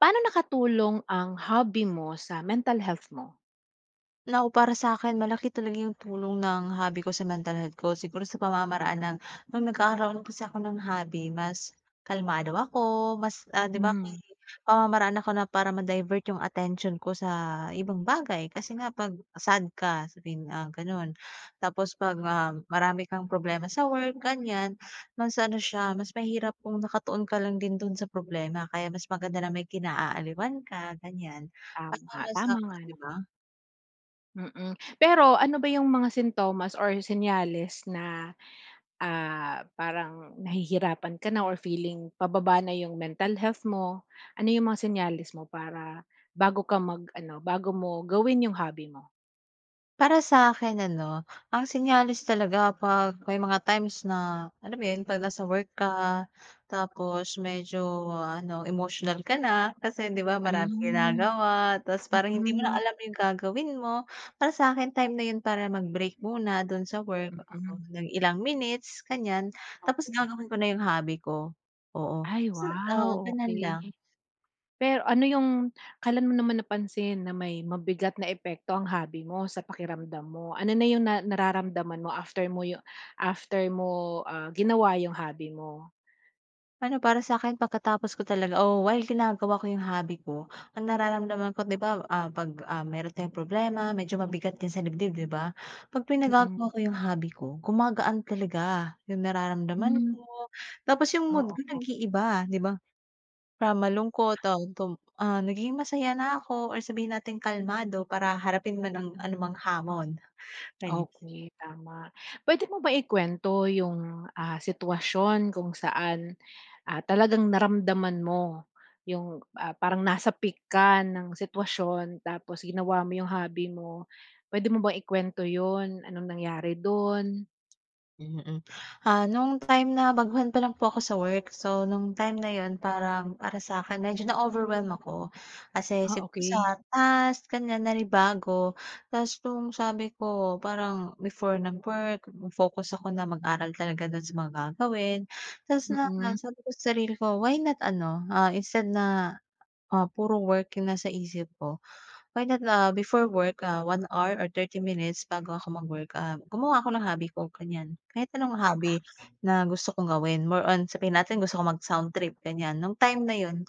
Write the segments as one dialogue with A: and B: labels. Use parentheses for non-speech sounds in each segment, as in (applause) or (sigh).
A: Paano nakatulong ang hobby mo sa mental health mo?
B: Naku, para sa akin malaki talaga yung tulong ng hobby ko sa mental health ko. Siguro sa pamamaraan ng nung nagkaroon kasi ako ng hobby mas kalmado ako, mas, 'di ba may
A: Hmm.
B: pamamaraan ako na para ma-divert yung attention ko sa ibang bagay. Kasi nga 'pag sad ka sabihin, gano'n. Tapos 'pag, marami kang problema sa work ganiyan, mas ano siya, mas mahirap kung nakatuon ka lang din do'n sa problema. Kaya mas maganda na may kinaaliwan ka ganiyan, para
A: Tama.
B: mas,
A: Tama nga
B: 'di
A: naman.
B: ba?
A: Mm. Pero ano ba yung mga sintomas or senyales na, parang nahihirapan ka na or feeling pababa na yung mental health mo? Ano yung mga senyales mo para bago mo gawin yung hobby mo?
B: Para sa akin ano, ang senyales talaga 'pag may mga times na, alam mo yun, 'pag nasa work ka, tapos medyo ano, emotional ka na kasi 'di ba maraming
A: Ayun.
B: ginagawa ta's parang hindi mo na
A: Mm.
B: alam yung gagawin mo. Para sa akin time na yun para mag-break muna dun sa work, oo,
A: Mm,
B: ng ilang minutes, ganiyan. Tapos
A: okey.
B: gagawin ko na yung hobby ko, oo.
A: Ay,
B: So
A: wow,
B: oo, ganun
A: okay.
B: lang.
A: Pero ano yung kailan mo naman napansin na may mabigat na epekto ang hobby mo sa pakiramdam mo? Ano na yung na nararamdaman mo after mo, ginawa yung hobby mo?
B: Ano, para sa'kin pagkatapos ko talaga o while ginagawa ko yung hobby ko, ang nararamdaman ko 'di ba, 'pag, meron tayong problema, medyo mabigat din sa dibdib 'di ba? 'Pag
A: Mm-mm.
B: pinagagawa ko yung hobby ko, gumagaan talaga yung nararamdaman
A: Mm.
B: ko, tapos yung
A: Hmm,
B: mood ko
A: oo.
B: nag-iiba 'di ba? From malungkot, um, tum nagiging masaya na ako or sabihin nating kalmado para harapin man ang anumang hamon, ganyan.
A: Okey, tama. Puwede mo ba ikuwento yung, sitwasyon kung saan, talagang naramdaman mo yung, parang nasa peak ka ng sitwasyon tapos ginawa mo yung hobby mo? Puwede mo bang ikuwento yun? Anong nangyari dun?
B: Mm. mm. Nung time na baguhan pa lang po ako sa work, so nung time na yun parang para sa'kin medyo na-overwhelm ako. Kasi siguro
A: Okey.
B: sa task, ganyan, nanibago. Ta's nung sabi ko parang before ng work, focus ako na mag-aral talaga dun sa mga gagawin. Ta's na na
A: Mm.
B: sabi ko sa sarili ko, "Why not ano, instead na, puro work yung nasa isip ko, Why not, before work, 1 hour or 30 minutes bago ako mag-work, gumawa ako ng hobby ko, ganyan. Kahit anong hobby na gusto kong gawin, more on sabihin natin gusto ko mag-sound trip, ganyan. Nung time na yun,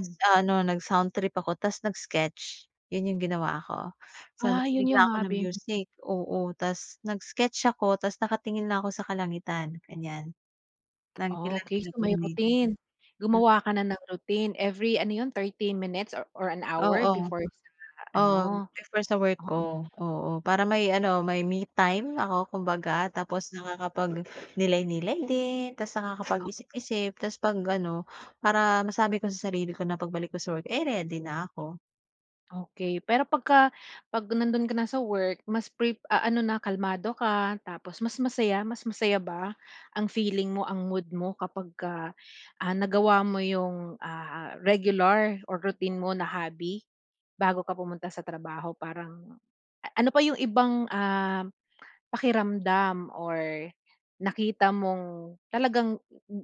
B: mas ano, nag-sound trip ako ta's nag-sketch. Yun yung ginawa ko. So,
A: Yun
B: nakinig lang
A: yung
B: ako ng
A: hobby mo.
B: music, oo. Ta's nag-sketch ako ta's nakatingin lang ako sa kalangitan, ganyan, ng ilang
A: Okey, so may
B: minutes.
A: routine.
B: Hmm,
A: Gumawa ka na ng routine every ano yun, 30 minutes or an hour
B: oo.
A: before sa
B: Oo,
A: ano?
B: before sa work
A: Oo.
B: ko, oo. Para may ano, may me time ako kumbaga tapos nakakapag-nilay-nilay din, tapos nakakapag-isip-isip, tapos 'pag ano, para masabi ko sa sarili ko na pagbalik ko sa work, eh, ready na ako.
A: Okey. Pero 'pag nandun ka na sa work mas ano na kalmado ka tapos mas masaya, mas masaya ba ang feeling mo, ang mood mo kapagka, nagawa mo yung, regular or routine mo na hobby bago ka pumunta sa trabaho? Parang ano pa yung ibang, pakiramdam or nakita mong talagang m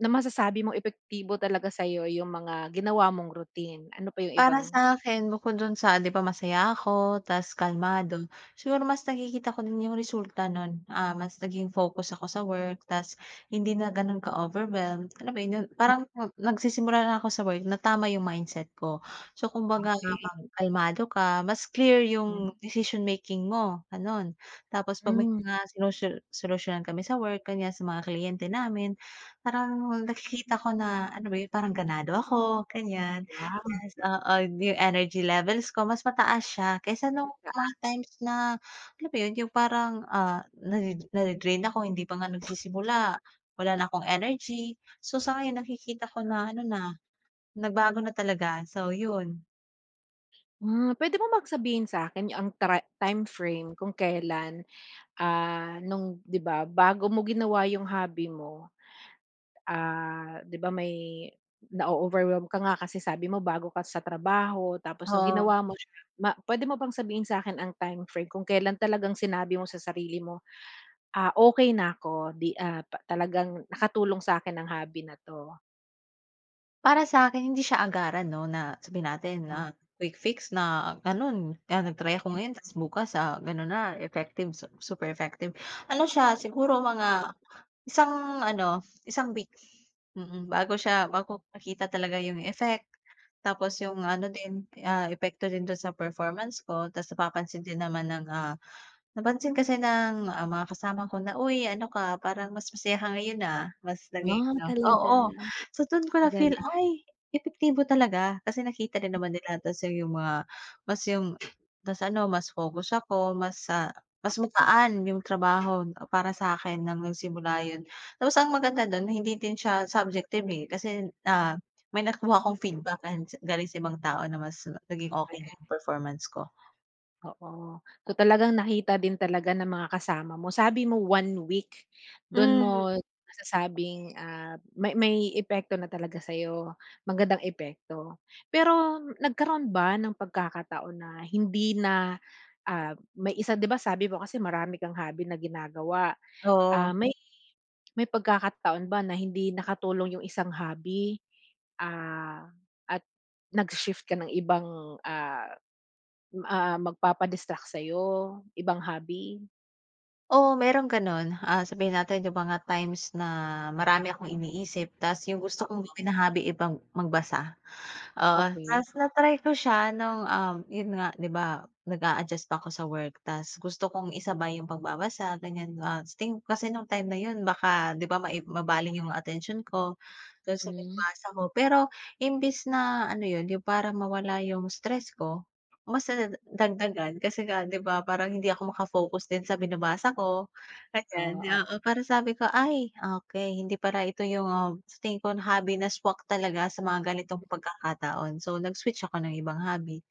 A: na masasabi mong epektibo talaga sa'yo yung mga ginawa mong routine? Ano pa yung
B: Para
A: ibang
B: sa akin bukod dun sa 'di ba masaya ako tas kalmado, siguro mas nakikita ko din yung resulta nun, mas naging focus ako sa work tas hindi na ganun ka-overwhelmed, alam mo yun yun
A: M
B: parang nagsisimula na ako sa work natama yung mindset ko. So kumbaga
A: Okey.
B: kapag kalmado ka, mas clear yung decision making mo, gano'n. Tapos 'pag may
A: Mm,
B: mga solusyunan kami sa work, ganyan sa mga kliyente namin, parang nakikita ko na, ano ba? Yun, parang ganado ako, ganyan.
A: wow,
B: Yes, oo, yung energy levels ko mas mataas siya kaysa nung mga
A: magaan.
B: times na alam mo yun, yung parang, nade-drain ako hindi pa nga nagsisimula, wala na akong energy. So, sa ngayon nakikita ko na ano na, nagbago na talaga. So, yun.
A: Puwede mo bang sabihin sa'kin ang time frame kung kailan, nung 'di ba, bago mo ginawa yung hobby mo, 'di ba may na-o-overwhelm ka nga kasi sabi mo bago ka sa trabaho tapos nung
B: Oo,
A: ginawa mo siya, pwede mo bang sabihin sa'kin ang time frame kung kailan talagang sinabi mo sa sarili mo, "Ah, okey na ako, 'di, ah, pa talagang nakatulong sa'kin ang hobby na 'to."
B: para sa akin hindi siya agaran 'no na sabihin natin na quick fix na ganun, nag-try ako ngayon ta's bukas, ganun na effective, super effective. Ano siya siguro mga Isang ano, isang week. Bago makita talaga yung effect. Tapos yung ano din, epekto din dun sa performance ko, ta's napapansin din naman ng, Napansin kasi ng, mga kasama ko na, "Uy ano ka parang mas masaya ka ngayon, mas naging ano"
A: Talaga,
B: oo. So dun ko na
A: ang
B: feel,
A: galing.
B: ay epektibo talaga kasi nakita din naman nila tas yung mga mas yung mas ano, mas focus ako, mas, mas magaan yung trabaho para sa'kin ng nagsimula yun. Tapos ang maganda dun hindi din siya subjective, eh, kasi, may nakuha akong feedback and galing sa ibang tao na mas naging okey yung performance ko.
A: Oo. So, talagang nakita din talaga ng mga kasama mo. Sabi mo one week, dun
B: Hmm,
A: mo masasabing, may epekto na talaga sa'yo, magandang epekto. Pero nagkaroon ba ng pagkakataon na hindi na, may isa 'di ba sabi mo kasi marami kang hobby na ginagawa. Ah,
B: oo.
A: may may pagkakataon ba na hindi nakatulong yung isang hobby, ah, at nag-shift ka ng ibang, magpapa-distract sa'yo, ibang hobby?
B: Oo, merong gano'n. Sabihin natin yung mga times na marami akong iniisip ta's yung gusto kong
A: Ah,
B: gawin na hobby eh bang magbasa. Oo,
A: okey.
B: ta's na-try ko siya nung, yun nga 'di ba nag-a-adjust pa ako sa work ta's gusto kong isabay yung pagbabasa ganyan. Ah, sa kasi nung time na yun baka 'di ba mabaling yung attention ko dun sa
A: Mm.
B: binabasa ko. Pero imbis na ano yun, yung para mawala yung stress ko, mas nadadagdagan kasi nga 'di ba parang hindi ako maka-focus din sa binabasa ko. Ayan, oo,
A: Oo.
B: parang sabi ko, "Ay, okay hindi para ito yung, sa tingin ko hobby na swak talaga sa mga ganitong pagkakataon." So, nag-switch ako ng ibang hobby.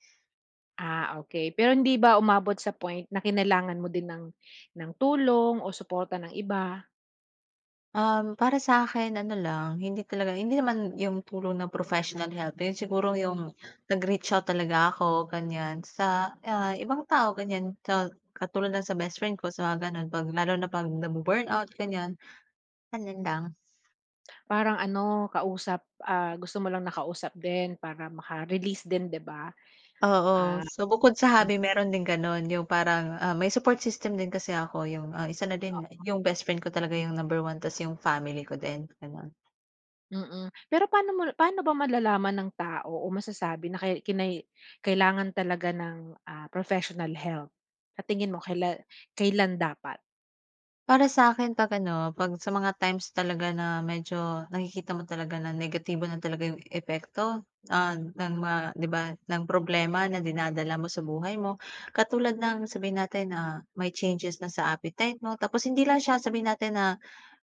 A: Okey. Pero hindi ba umabot sa point na kinailangan mo din ng tulong o suporta ng iba?
B: Para sa akin ano lang, hindi naman yung tulong ng professional help, yun siguro yung nag-reach out talaga ako ganyan sa, ibang tao ganyan. So, katulad lang sa best friend ko sa mga gano'n 'pag lalo na 'pag nabu-burnout ganyan, ganun lang.
A: Parang ano, kausap, gusto mo lang nakausap din para maka-release din, 'di ba?
B: Oo.
A: Ah,
B: So, bukod sa
A: hmm,
B: hobby meron din gano'n, yung parang, may support system din kasi ako yung, isa na din
A: o,
B: yung best friend ko talaga yung number one ta's yung family ko din, gano'n.
A: mm. Pero paano ba malalaman ng tao o masasabi na kay kinai kailangan talaga ng, professional help? Sa tingin mo kailan dapat?
B: Para sa akin 'pag ano, 'pag sa mga times talaga na medyo nakikita mo talaga na negatibo na talaga yung epekto, ng mga 'di ba, ng problema na dinadala mo sa buhay mo. Katulad ng sabihin natin na may changes na sa appetite mo tapos hindi lang siya sabihin natin na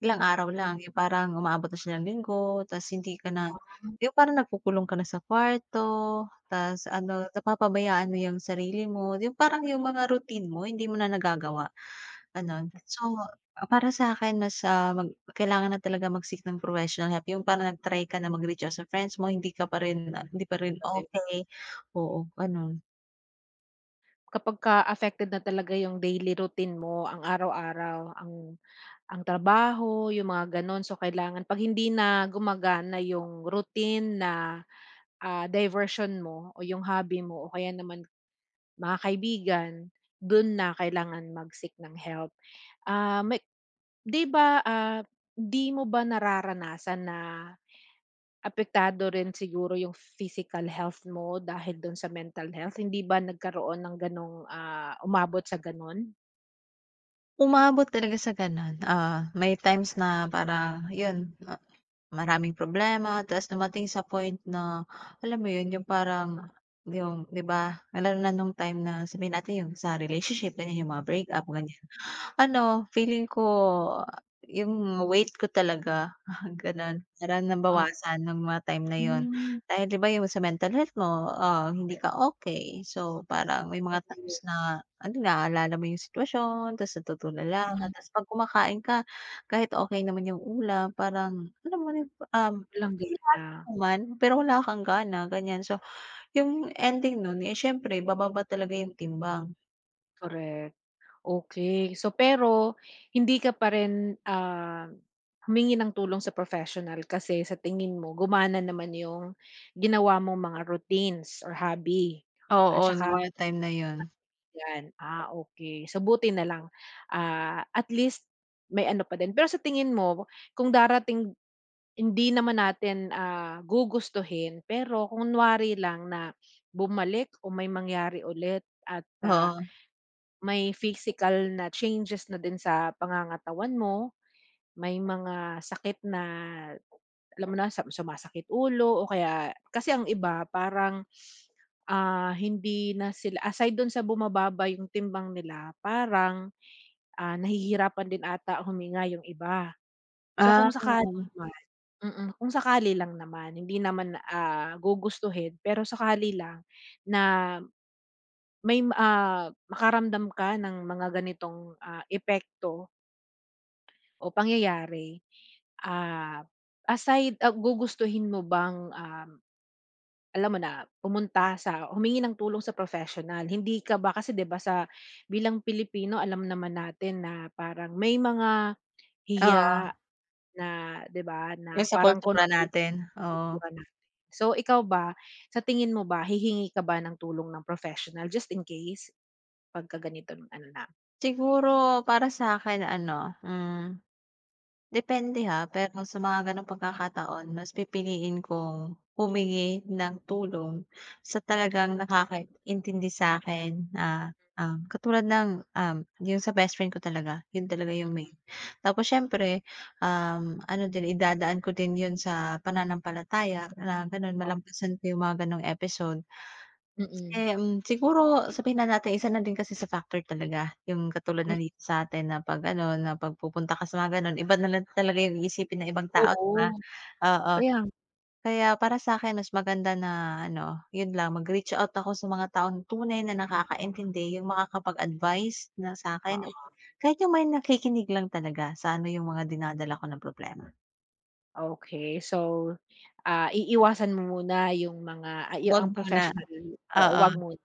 B: ilang araw lang, yung parang umaabot na siya ng linggo tas hindi ka na yung parang nagkukulong ka na sa kwarto tas ano, napapabayaan mo yung sarili mo, yung parang yung mga routine mo hindi mo na nagagawa, gano'n. So, para sa'kin mas, ah, mag kailangan na talaga mag-seek ng professional help, yung parang nag-try ka na mag-reach out sa friends mo hindi ka pa rin hindi pa rin
A: (unintelligible)
B: okey, oo, gano'n.
A: Kapagka affected na talaga yung daily routine mo, ang araw-araw, ang trabaho, yung mga gano'n. So, kailangan 'pag hindi na gumagana yung routine na, diversion mo o yung hobby mo o kaya naman mga kaibigan, do'n na kailangan mag-seek ng help. Ah, may 'di ba, 'di mo ba nararanasan na apektado rin siguro yung physical health mo dahil do'n sa mental health? Hindi ba nagkaroon ng gano'ng, umabot sa gano'n?
B: Umaabot talaga sa gano'n, may times na para yun. Maraming problema ta's dumating sa point na, alam mo yun, yung parang yung 'di ba, lalo na nung time na sabihin natin yung sa relationship, ganyan, yung mga breakup, ganyan. Ano, feeling ko yung weight ko talaga, (laughs) gano'n. Parang
A: Haba.
B: nabawasan ng mga time na 'yun.
A: Hmm.
B: Dahil 'di ba yung sa mental health mo, hindi ka okay. So, parang may mga
A: Correct,
B: times na ano, naaalala mo yung sitwasyon tapos natutulala ka.
A: hmm,
B: Tapos 'pag kumakain ka kahit okay naman yung ulam parang alam mo na yung,
A: walang gana,
B: nilalasa mo pero wala kang gana, ganiyan. So, yung ending nun, eh, siyempre bababa talaga yung timbang.
A: correct. Okey, so pero hindi ka pa rin, humingi ng tulong sa professional kasi sa tingin mo gumana naman yung ginawa mong mga routines or hobby at
B: Oo, nung
A: saka
B: mga time na 'yun,
A: 'yan, okay. So, buti na lang, at least may ano pa din. Pero sa tingin mo kung darating, hindi naman natin, gugustuhin pero kunwari lang na bumalik o may mangyari ulit at,
B: oo.
A: may physical na changes na din sa pangangatawan mo, may mga sakit na alam mo na sumasakit ulo o kaya, kasi ang iba parang, hindi na sila aside dun sa bumababa yung timbang nila parang, nahihirapan din ata huminga yung iba. So kung
B: Ah,
A: sakali
B: oo.
A: man, kung sakali lang naman, hindi naman, gugustuhin pero sakali lang na may, makaramdam ka ng mga ganitong, epekto o pangyayari, ah, gugustuhin mo bang, alam mo na, pumunta sa humingi ng tulong sa professional? Hindi ka ba kasi 'di ba bilang Pilipino alam naman natin na parang may mga hiya
B: Oo,
A: na 'di ba, na
B: yung sa
A: parang
B: kultura
A: connotation
B: natin,
A: sa
B: oo.
A: kultura natin. So, ikaw ba, sa tingin mo ba hihingi ka ba ng tulong ng professional just in case pagka ganitong ano na?
B: Siguro para sa'kin ano, depende ha, pero sa mga gano'ng pagkakataon mas pipiliin kong humingi ng tulong sa talagang nakakaintindi sa'kin na, katulad ng, yung sa best friend ko talaga, yun talaga yung main. Tapos siyempre, ano din idadaan ko din yun sa pananampalataya na gano'n,
A: O.
B: malampasan ko yung mga gano'ng episode.
A: Mm.
B: Kasi, siguro sabihin na natin isa na din kasi sa factor talaga yung katulad
A: Hmm,
B: ng dito sa'tin na 'pag ano, na 'pag pupunta ka sa mga gano'n iba na lang talaga yung iisipin ng ibang tao 'di ba?
A: oo,
B: Oo,
A: kaya
B: kaya para sa'kin mas maganda na ano, yun lang mag-reach out ako sa mga taong tunay na nakakaintindi, yung makakapag-advice na sa'kin
A: nga.
B: at kahit yung may nakikinig lang talaga sa ano yung mga dinadala ko na problema.
A: Okay. So, iiwasan mo muna
B: Wag
A: ang
B: muna,
A: professional, oo,
B: oo.
A: wag muna.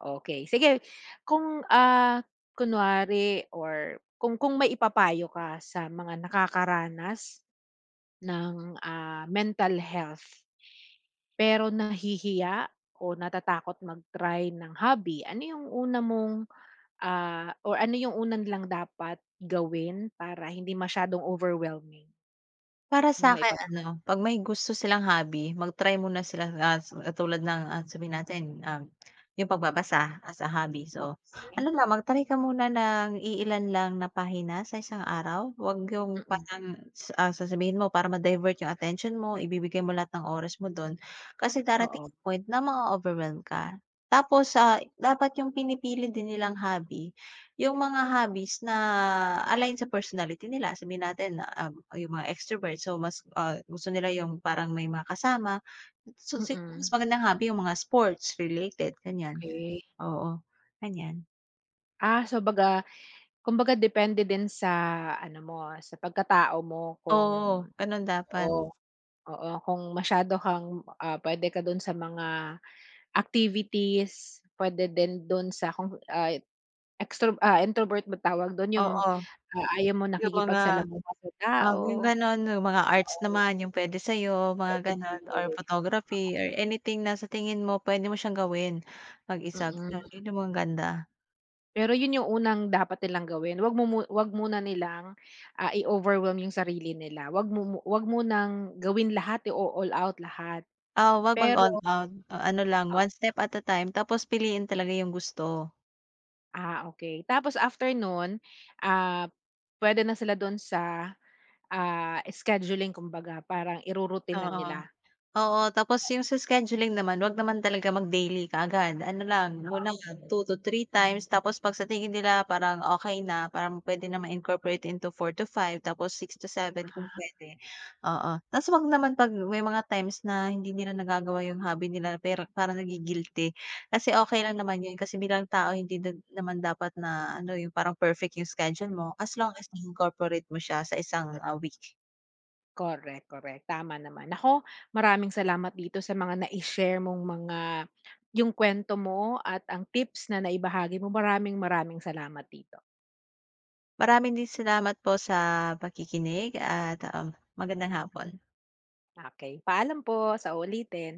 A: Okay, sige. Kung, kunwari or kung may ipapayo ka sa mga nakakaranas ng, mental health, pero nahihiya o natatakot mag-try ng hobby, ano yung una nilang dapat gawin para hindi masyadong overwhelming?
B: Para
A: Ano
B: sa'kin
A: maipapa
B: ano, 'pag may gusto silang hobby, mag-try muna sila, katulad ng, sabihin natin, yung pagbabasa as a hobby. So,
A: Okey,
B: ano lang, mag-try ka muna ng iilan lang na pahina sa isang araw. Wag yung
A: mm,
B: parang, sasabihin mo para ma-divert yung attention mo, ibibigay mo lahat ng oras mo dun. Kasi darating
A: oo.
B: sa point na ma-o-overwhelm ka. Tapos, dapat yung pinipili din nilang hobby yung mga hobbies na align sa personality nila, sabihin natin na, yung mga extrovert so mas, gusto nila yung parang may mga kasama. So siguro mas
A: Mm,
B: magandang hobby yung mga sports related
A: okey.
B: oo, ganyan.
A: So kumbaga depende din sa ano mo, sa pagkatao mo kung
B: Oo, gano'n dapat,
A: oo, oo, kung masyado kang, puwede ka dun sa mga activities, puwede din dun sa kung, introvert ba tawag dun, yung,
B: oo.
A: ayaw mo
B: Yung mga,
A: nakikipagsalamuha sa
B: yung
A: tao,
B: gano'n, yung mga arts
A: oo,
B: naman yung puwede sa'yo mga
A: puwede
B: gano'n
A: nilang
B: or
A: gawin,
B: photography or anything na sa tingin mo puwede mo siyang gawin mag-isa, gano'n,
A: mm.
B: yun yung maganda.
A: Pero yun yung unang dapat nilang gawin, wag mo mu wag muna nilang, i-overwhelm yung sarili nila, wag mo nang gawin lahat, i-o-all out lahat.
B: Oo, 'wag mag-all
A: Pero
B: out, o ano lang,
A: o
B: one step at a time tapos piliin talaga yung gusto.
A: okay. Tapos after nun, ah, pwede na sila dun sa, scheduling kumbaga, parang irurutinan
B: Oo.
A: nila.
B: Oo, tapos yung sa scheduling naman wag naman talaga mag-daily kaagad. Ano lang, muna mag 2 to 3 times tapos 'pag sa tingin nila parang okay na, parang puwede na ma-incorporate into 4 to 5, tapos 6 to 7 kung pwede. Oo. Ta's wag naman 'pag may mga times na hindi nila nagagawa yung hobby nila pero parang nagi-guilty. Kasi okay lang naman yun kasi bilang tao hindi din naman dapat na ano, yung parang perfect yung schedule mo as long as na-incorporate mo siya sa isang, week.
A: Correct, correct, tama naman. Maraming salamat dito sa mga na share mong yung kwento mo at ang tips na naibahagi mo. Maraming maraming salamat dito.
B: Maraming din salamat po sa pakikinig at, magandang hapon.
A: Okay, paalam po, sa uulitin.